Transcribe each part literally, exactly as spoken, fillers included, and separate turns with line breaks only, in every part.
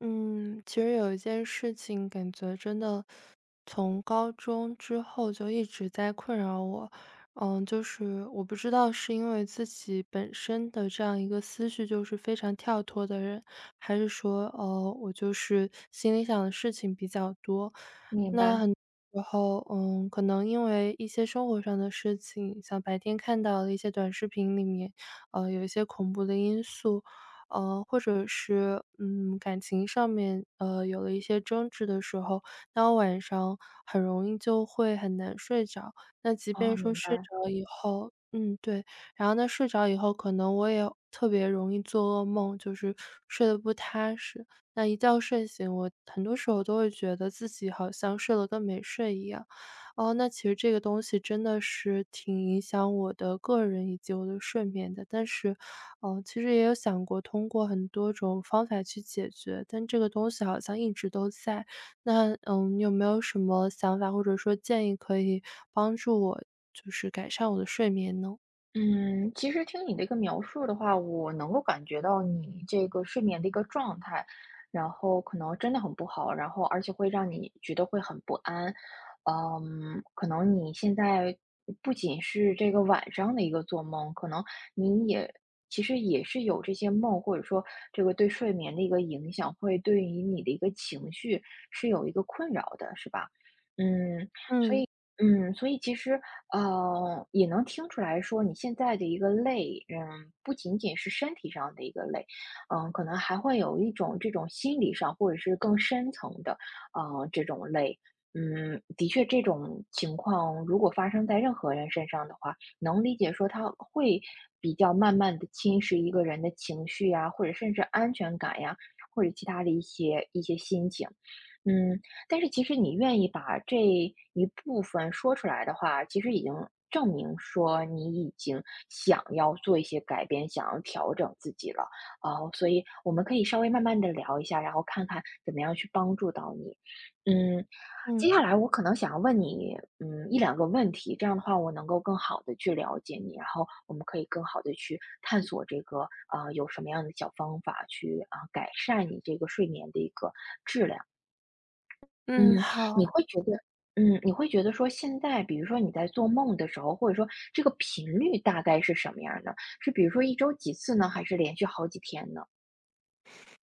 嗯，其实有一件事情，感觉真的从高中之后就一直在困扰我。嗯，就是我不知道是因为自己本身的这样一个思绪就是非常跳脱的人，还是说，呃，我就是心里想的事情比较多。
明
那
白，
很多时候，嗯，可能因为一些生活上的事情，像白天看到的一些短视频里面，呃，有一些恐怖的因素，呃，或者是嗯感情上面呃有了一些争执的时候，那我晚上很容易就会很难睡着。那即
啊，
便说
明
睡
白。
着以后，嗯对，然后呢睡着以后，可能我也特别容易做噩梦，就是睡得不踏实。那一觉睡醒，我很多时候都会觉得自己好像睡了跟没睡一样。哦，那其实这个东西真的是挺影响我的个人以及我的睡眠的。但是，呃，其实也有想过通过很多种方法去解决，但这个东西好像一直都在。那，嗯，你有没有什么想法或者说建议可以帮助我，就是改善我的睡眠呢？
嗯，其实听你这个描述的话，我能够感觉到你这个睡眠的一个状态，然后可能真的很不好，然后而且会让你觉得会很不安。嗯，可能你现在不仅是这个晚上的一个做梦，可能你也其实也是有这些梦，或者说这个对睡眠的一个影响，会对于你的一个情绪是有一个困扰的，是吧？嗯，
嗯
嗯，所以其实，呃，也能听出来说你现在的一个累，嗯，不仅仅是身体上的一个累，嗯，可能还会有一种这种心理上或者是更深层的，呃，这种累。嗯，的确，这种情况如果发生在任何人身上的话，能理解说他会比较慢慢的侵蚀一个人的情绪呀，或者甚至安全感呀，或者其他的一些一些心情。嗯，但是其实你愿意把这一部分说出来的话，其实已经证明说你已经想要做一些改变，想要调整自己了。啊。所以我们可以稍微慢慢的聊一下，然后看看怎么样去帮助到你。嗯，接
嗯
下来我可能想要问你，嗯，一两个问题，这样的话我能够更好的去了解你，然后我们可以更好的去探索这个，啊，有什么样的小方法去啊，改善你这个睡眠的一个质量。
嗯，
嗯，
好。
你会觉得嗯，你会觉得说现在比如说你在做梦的时候，或者说这个频率大概是什么样儿的？是比如说一周几次呢？还是连续好几天呢？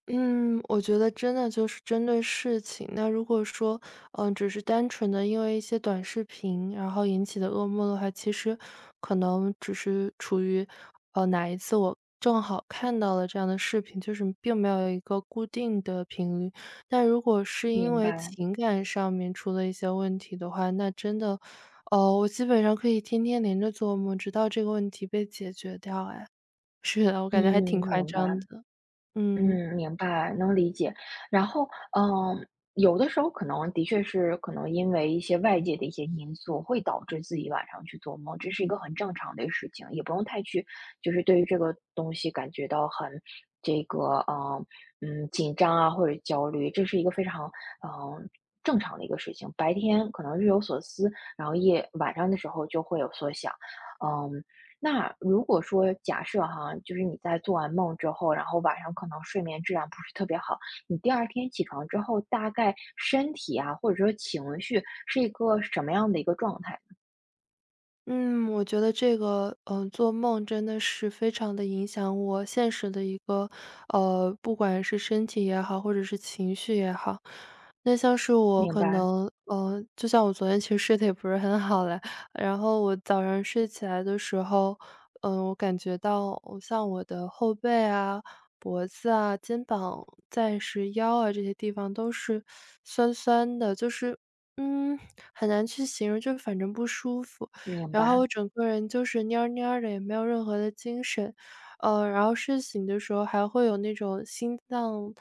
嗯，我觉得真的就是针对事情。那如果说，嗯、只是单纯的因为一些短视频，然后引起的噩梦的话，其实可能只是处于，呃，哪一次我正好看到了这样的视频，就是并没有一个固定的频率。但如果是因
明
为
白，
情感上面出了一些问题的话，那真的，哦，我基本上可以天天连着做梦，直到这个问题被解决掉。哎，是的，我
嗯，
感觉还挺夸
明白。
张的。嗯。
嗯，明白，能理解。然后，嗯，有的时候可能的确是可能因为一些外界的一些因素，会导致自己晚上去做梦，这是一个很正常的事情，也不用太去就是对于这个东西感觉到很这个嗯嗯紧张啊或者焦虑，这是一个非常嗯正常的一个事情。白天可能日有所思，然后夜晚上的时候就会有所想，嗯。那如果说假设哈，就是你在做完梦之后，然后晚上可能睡眠质量不是特别好，你第二天起床之后，大概身体啊，或者说情绪是一个什么样的一个状态？
嗯，我觉得这个，嗯、做梦真的是非常的影响我现实的一个，呃，不管是身体也好，或者是情绪也好。那像是我
明
可
白，
能，嗯，就像我昨天其实睡得也不是很好嘞，然后我早上睡起来的时候，嗯、我感觉到我像我的后背啊、脖子啊、肩膀，再是腰啊这些地方都是酸酸的，就是。嗯，很难去形容，就是反正不舒服。
明
然后
白，
我整个人就是蔫儿蔫儿的，也没有任何的精神。呃，然后睡醒的时候还会有那种心脏，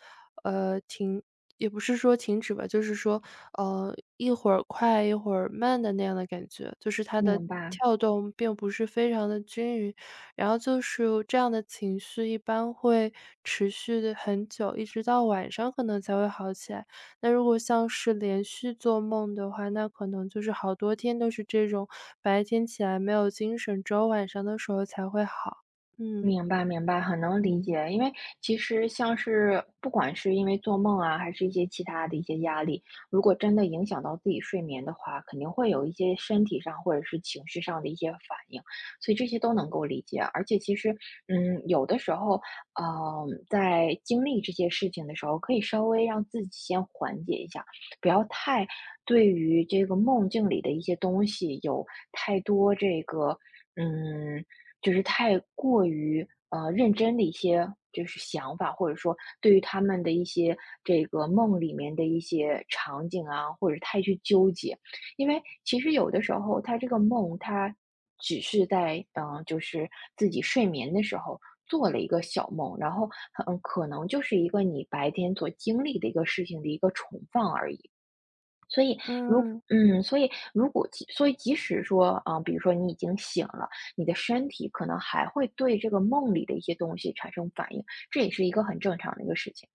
呃，停也不是说停止吧，就是说，呃，一会儿快一会儿慢的那样的感觉，就是它的
明白。
跳动并不是非常的均匀。然后就是这样的情绪一般会持续的很久，一直到晚上可能才会好起来。那如果像是连续做梦的话，那可能就是好多天都是这种，白天起来没有精神，只有晚上的时候才会好。嗯。
明白明白，很能理解。因为其实像是不管是因为做梦啊，还是一些其他的一些压力，如果真的影响到自己睡眠的话，肯定会有一些身体上或者是情绪上的一些反应，所以这些都能够理解。而且其实，嗯，有的时候，呃，在经历这些事情的时候，可以稍微让自己先缓解一下，不要太对于这个梦境里的一些东西有太多这个，嗯。就是太过于呃认真的一些就是想法，或者说对于他们的一些这个梦里面的一些场景啊，或者太去纠结，因为其实有的时候他这个梦他只是在嗯、呃就是自己睡眠的时候。做了一个小梦，然后嗯可能就是一个你白天所经历的一个事情的一个重放而已。如
嗯，
嗯，所以如果即所以即使说，啊，比如说你已经醒了，你的身体可能还会对这个梦里的一些东西产生反应，这也是一个很正常的一个事情。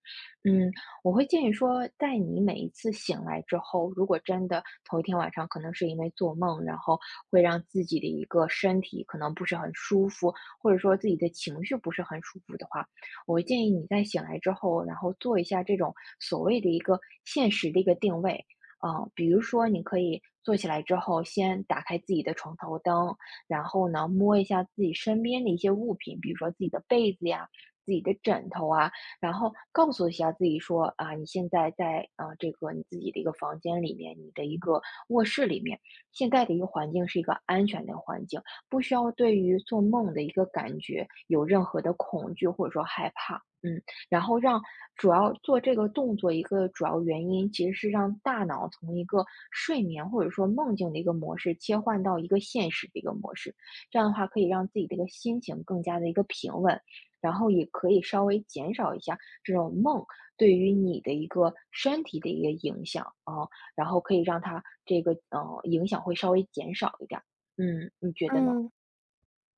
嗯，我会建议说，在你每一次醒来之后，如果真的头一天晚上可能是因为做梦，然后会让自己的一个身体可能不是很舒服，或者说自己的情绪不是很舒服的话，我会建议你在醒来之后，然后做一下这种所谓的一个现实的一个定位。嗯，比如说你可以坐起来之后，先打开自己的床头灯，然后呢，摸一下自己身边的一些物品，比如说自己的被子呀、自己的枕头啊，然后告诉一下自己说啊，你现在在啊、呃这个你自己的一个房间里面，你的一个卧室里面，现在的一个环境是一个安全的环境，不需要对于做梦的一个感觉有任何的恐惧或者说害怕。嗯。然后让主要做这个动作一个主要原因，其实是让大脑从一个睡眠或者说梦境的一个模式切换到一个现实的一个模式，这样的话可以让自己的一个心情更加的一个平稳，然后也可以稍微减少一下这种梦对于你的一个身体的一个影响啊，然后可以让它这个呃影响会稍微减少一点儿。嗯，你觉得呢？
嗯。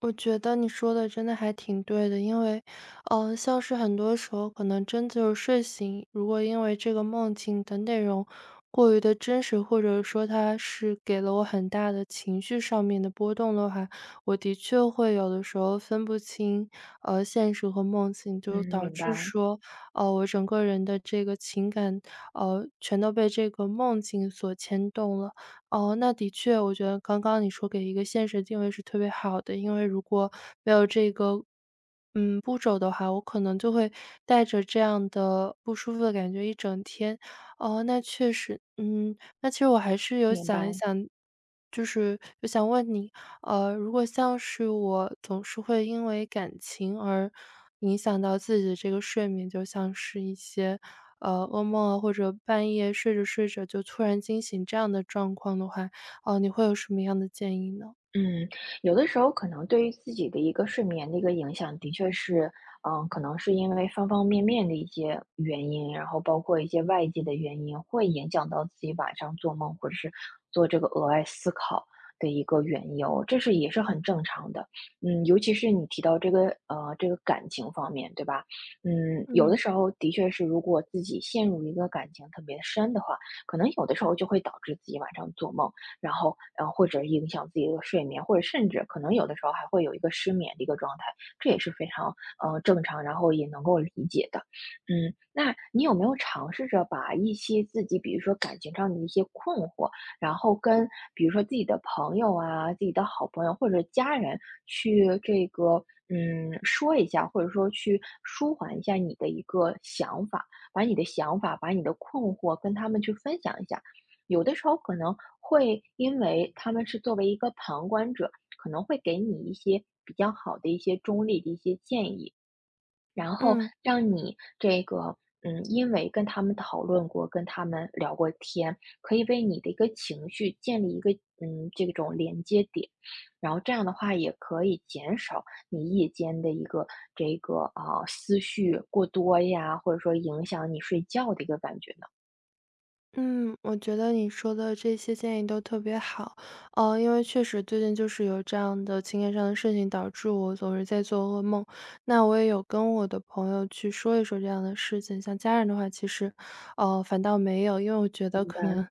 我觉得你说的真的还挺对的，因为，嗯，像是很多时候可能真就是睡醒，如果因为这个梦境的内容过于的真实，或者说它是给了我很大的情绪上面的波动的话，我的确会有的时候分不清，呃，现实和梦境，
嗯，
就导
明
致
白，
说，呃，我整个人的这个情感，呃，全都被这个梦境所牵动了。哦，那的确，我觉得刚刚你说给一个现实定位是特别好的，因为如果没有这个，嗯，步骤的话，我可能就会带着这样的不舒服的感觉一整天。哦，那确实，嗯，那其实我还是有
明
想一
白。
想，就是我想问你，呃，如果像是我总是会因为感情而影响到自己的这个睡眠，就像是一些呃，噩梦啊，或者半夜睡着睡着就突然惊醒这样的状况的话，哦，你会有什么样的建议呢？
嗯，有的时候可能对于自己的一个睡眠的一个影响，的确是，嗯，可能是因为方方面面的一些原因，然后包括一些外界的原因，会影响到自己晚上做梦或者是做这个额外思考的一个缘由，这是也是很正常的。嗯，尤其是你提到这个呃这个感情方面，对吧？嗯，有的
嗯
时候的确是，如果自己陷入一个感情特别深的话，可能有的时候就会导致自己晚上做梦。然后呃，或者影响自己的睡眠，或者甚至可能有的时候还会有一个失眠的一个状态，这也是非常呃正常，然后也能够理解的。嗯，那你有没有尝试着把一些自己，比如说感情上的一些困惑，然后跟比如说自己的朋友啊、自己的好朋友或者家人去这个嗯说一下，或者说去舒缓一下你的一个想法，把你的想法、把你的困惑跟他们去分享一下。有的时候可能会因为他们是作为一个旁观者，可能会给你一些比较好的一些中立的一些建议，然后
嗯。
让你这个，嗯，因为跟他们讨论过，跟他们聊过天，可以为你的一个情绪建立一个，嗯，这种连接点，然后这样的话也可以减少你夜间的一个这个啊、呃思绪过多呀，或者说影响你睡觉的一个感觉呢。
嗯，我觉得你说的这些建议都特别好，呃，因为确实最近就是有这样的情感上的事情，导致我总是在做噩梦。那我也有跟我的朋友去说一说这样的事情，像家人的话，其实，呃，反倒没有，因为我觉得
明白，
可能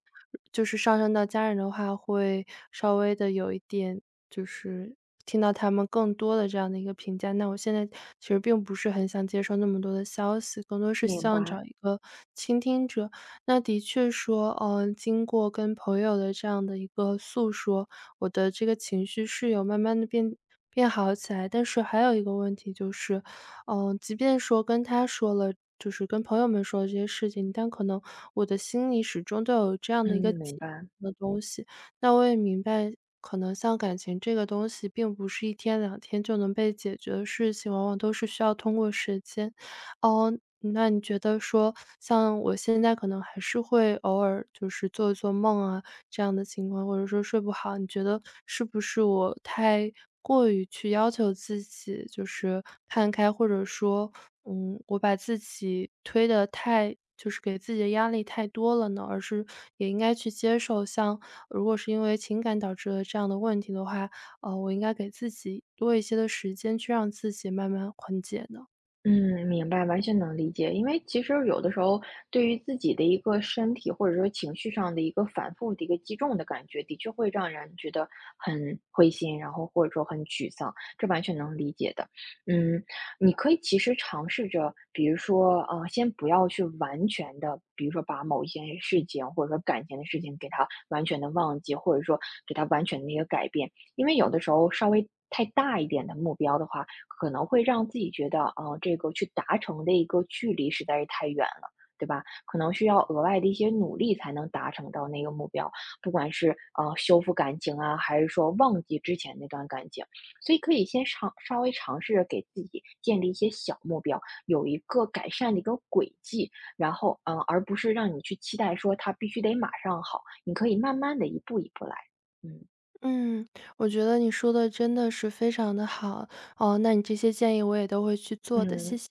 就是上升到家人的话，会稍微的有一点，就是听到他们更多的这样的一个评价。那我现在其实并不是很想接受那么多的消息，更多是希
明
望
白，
找一个倾听者。那的确说，嗯，经过跟朋友的这样的一个诉说，我的这个情绪是有慢慢的变变好起来。但是还有一个问题就是，嗯，即便说跟他说了就是跟朋友们说了这些事情，但可能我的心里始终都有这样的一个
嗯，
结
明白。
的东西。那我也明白，可能像感情这个东西并不是一天两天就能被解决的事情，往往都是需要通过时间。哦，那你觉得说，像我现在可能还是会偶尔就是做一做梦啊，这样的情况，或者说睡不好，你觉得是不是我太过于去要求自己，就是看开，或者说，嗯，我把自己推的太就是给自己的压力太多了呢？而是也应该去接受，像如果是因为情感导致的这样的问题的话，呃，我应该给自己多一些的时间，去让自己慢慢缓解呢？
嗯，明白，完全能理解。因为其实有的时候，对于自己的一个身体或者说情绪上的一个反复的一个击中的感觉，的确会让人觉得很灰心，然后或者说很沮丧，这完全能理解的。嗯，你可以其实尝试着，比如说，呃，先不要去完全的，比如说把某一件事情或者说感情的事情给它完全的忘记，或者说给它完全的一个改变，因为有的时候稍微太大一点的目标的话。可能会让自己觉得，呃，这个去达成的一个距离实在是太远了，对吧？可能需要额外的一些努力才能达成到那个目标，不管是呃修复感情啊，还是说忘记之前那段感情，所以可以先尝稍微尝试着给自己建立一些小目标，有一个改善的一个轨迹，然后嗯、呃而不是让你去期待说它必须得马上好，你可以慢慢的一步一步来，嗯
嗯，我觉得你说的真的是非常的好哦，那你这些建议我也都会去做的，谢
嗯，
谢。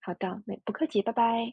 好的，没不客气，拜拜。